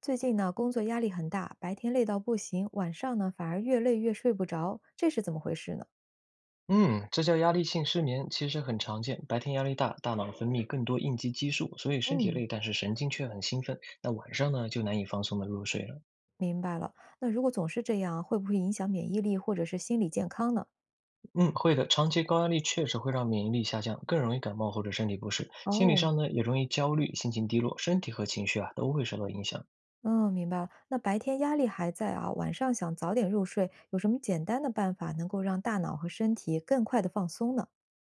最近呢，工作压力很大，白天累到不行，晚上呢反而越累越睡不着，这是怎么回事呢？嗯，这叫压力性失眠，其实很常见。白天压力大，大脑分泌更多应激激素，所以身体嗯，累，但是神经却很兴奋。那晚上呢，就难以放松的入睡了。明白了。那如果总是这样，会不会影响免疫力或者是心理健康呢？嗯，会的，长期高压力确实会让免疫力下降，更容易感冒或者身体不适。心理哦，上呢，也容易焦虑、心情低落，身体和情绪啊都会受到影响。嗯，明白了。那白天压力还在啊，晚上想早点入睡，有什么简单的办法能够让大脑和身体更快的放松呢？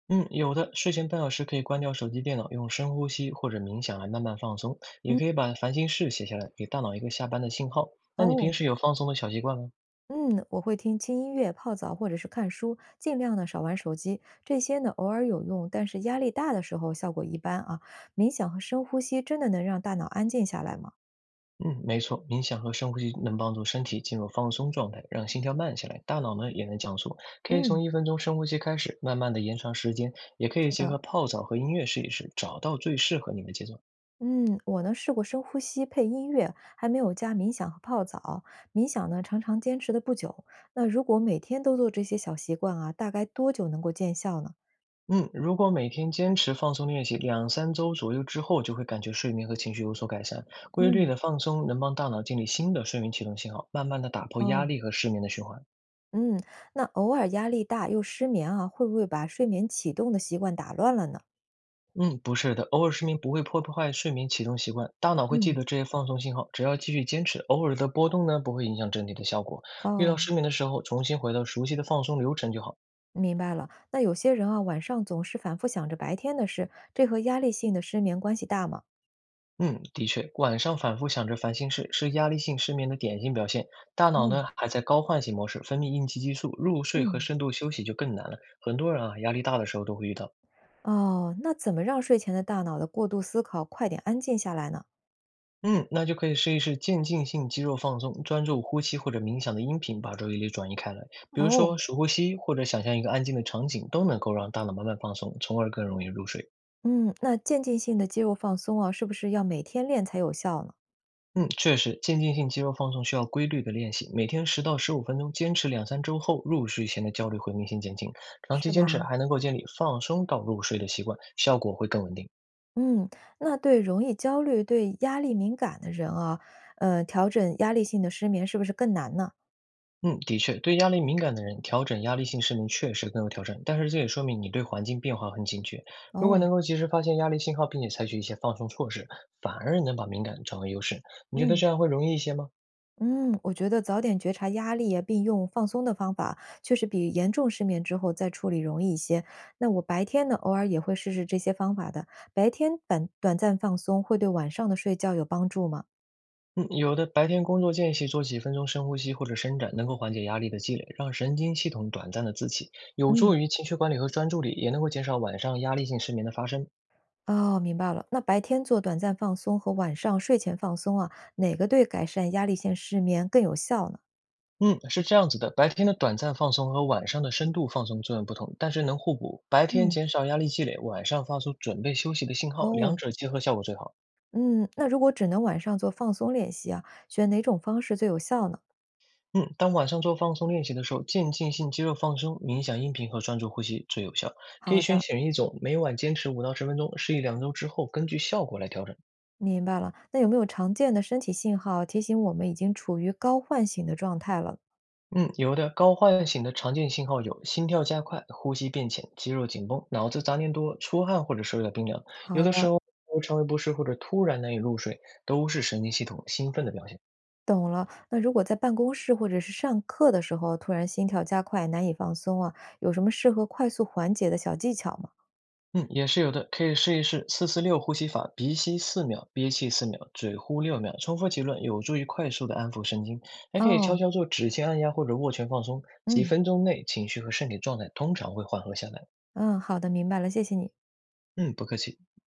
嗯，有的，睡前半小时可以关掉手机、电脑，用深呼吸或者冥想来慢慢放松，也嗯。可以把烦心事写下来，给大脑一个下班的信号。那你哦。平时有放松的小习惯吗？嗯，我会听轻音乐、泡澡或者是看书，尽量呢少玩手机。这些呢偶尔有用，但是压力大的时候效果一般啊。冥想和深呼吸真的能让大脑安静下来吗？嗯，没错，冥想和深呼吸能帮助身体进入放松状态，让心跳慢下来，大脑呢也能降速。可以嗯，从1分钟深呼吸开始，慢慢的延长时间，也可以是结的。合泡澡和音乐试一试，找到最适合你的节奏。嗯，我呢试过深呼吸配音乐，还没有加冥想和泡澡。冥想呢常常坚持的不久。那如果每天都做这些小习惯啊，大概多久能够见效呢？嗯，如果每天坚持放松练习，两三周左右之后，就会感觉睡眠和情绪有所改善。规律嗯。的放松能帮大脑建立新的睡眠启动信号，慢慢的打破压哦。力和失眠的循环。嗯，那偶尔压力大又失眠啊，会不会把睡眠启动的习惯打乱了呢？嗯，不是的，偶尔失眠不会破坏睡眠启动习惯，大脑会记嗯。得这些放松信号，只要继续坚持，偶尔的波动呢，不会影响整体的效果。遇到哦，失眠的时候，重新回到熟悉的放松流程就好。明白了。那有些人啊，晚上总是反复想着白天的事，这和压力性的失眠关系大吗？嗯，的确，晚上反复想着烦心事是压力性失眠的典型表现，大脑哦。呢还在高唤醒模式，分泌应激激素，入睡和嗯。深度休息就更难了。很多人啊，压力大的时候都会遇到。哦，那怎么让睡前的大脑的过度思考快点安静下来呢？嗯，那就可以试一试渐进性肌肉放松，专注呼吸或者冥想的音频，把注意力转移开来。比如哦。说数呼吸，或者想象一个安静的场景，都能够让大脑慢慢放松，从而更容易入睡。嗯，那渐进性的肌肉放松啊，是不是要每天练才有效呢？嗯，确实，渐进性肌肉放松需要规律的练习，每天10到15分钟，坚持两三周后，入睡前的焦虑会明显减轻。长是期坚持吧？还能够建立放松到入睡的习惯，效果会更稳定。嗯，那对容易焦虑、对压力敏感的人啊，调整压力性的失眠是不是更难呢？嗯，的确，对压力敏感的人，调整压力性失眠确实更有挑战，但是这也说明你对环境变化很警觉。如果哦。能够及时发现压力信号，并且采取一些放松措施，反而能把敏感转为优势。你觉得嗯。这样会容易一些吗？嗯，我觉得早点觉察压力呀，并用放松的方法，确实比严重失眠之后再处理容易一些。那我白天呢，偶尔也会试试这些方法的。白天短短暂放松会对晚上的睡觉有帮助吗？嗯，有的，白天工作间隙做几分钟深呼吸或者伸展，能够缓解压力的积累，让神经系统短暂的自启，有助嗯。于情绪管理和专注力，也能够减少晚上压力性失眠的发生。哦，明白了。那白天做短暂放松和晚上睡前放松啊，哪个对改善压力性失眠更有效呢？嗯，是这样子的，白天的短暂放松和晚上的深度放松作用不同，但是能互补。白天嗯。减少压力积累，晚上发出准备休息的信号，哦。两者结合效果最好。嗯，那如果只能晚上做放松练习啊，选哪种方式最有效呢？嗯，当晚上做放松练习的时候，渐进性肌肉放松、冥想音频和专注呼吸最有效。可以好先的。选一种，每晚坚持5到10分钟，试一两周之后，根据效果来调整。明白了，那有没有常见的身体信号提醒我们已经处于高唤醒的状态了？嗯，有的高唤醒的常见信号有心跳加快、呼吸变浅、肌肉紧绷、脑子杂念多、出汗或者手脚冰凉，有好的时的，候肠胃不适或者突然难以入睡，都是神经系统兴奋的表现。懂了。那如果在办公室或者是上课的时候，突然心跳加快，难以放松啊，有什么适合快速缓解的小技巧吗？嗯，也是有的，可以试一试四四六呼吸法，鼻吸四秒，憋气四秒，嘴呼6秒，重复几轮，有助于快速的安抚神经。还可以悄哦。悄做指尖按压或者握拳放松，几嗯分钟内情绪和身体状态通常会缓和下来。嗯，好的，明白了，谢谢你。嗯，不客气。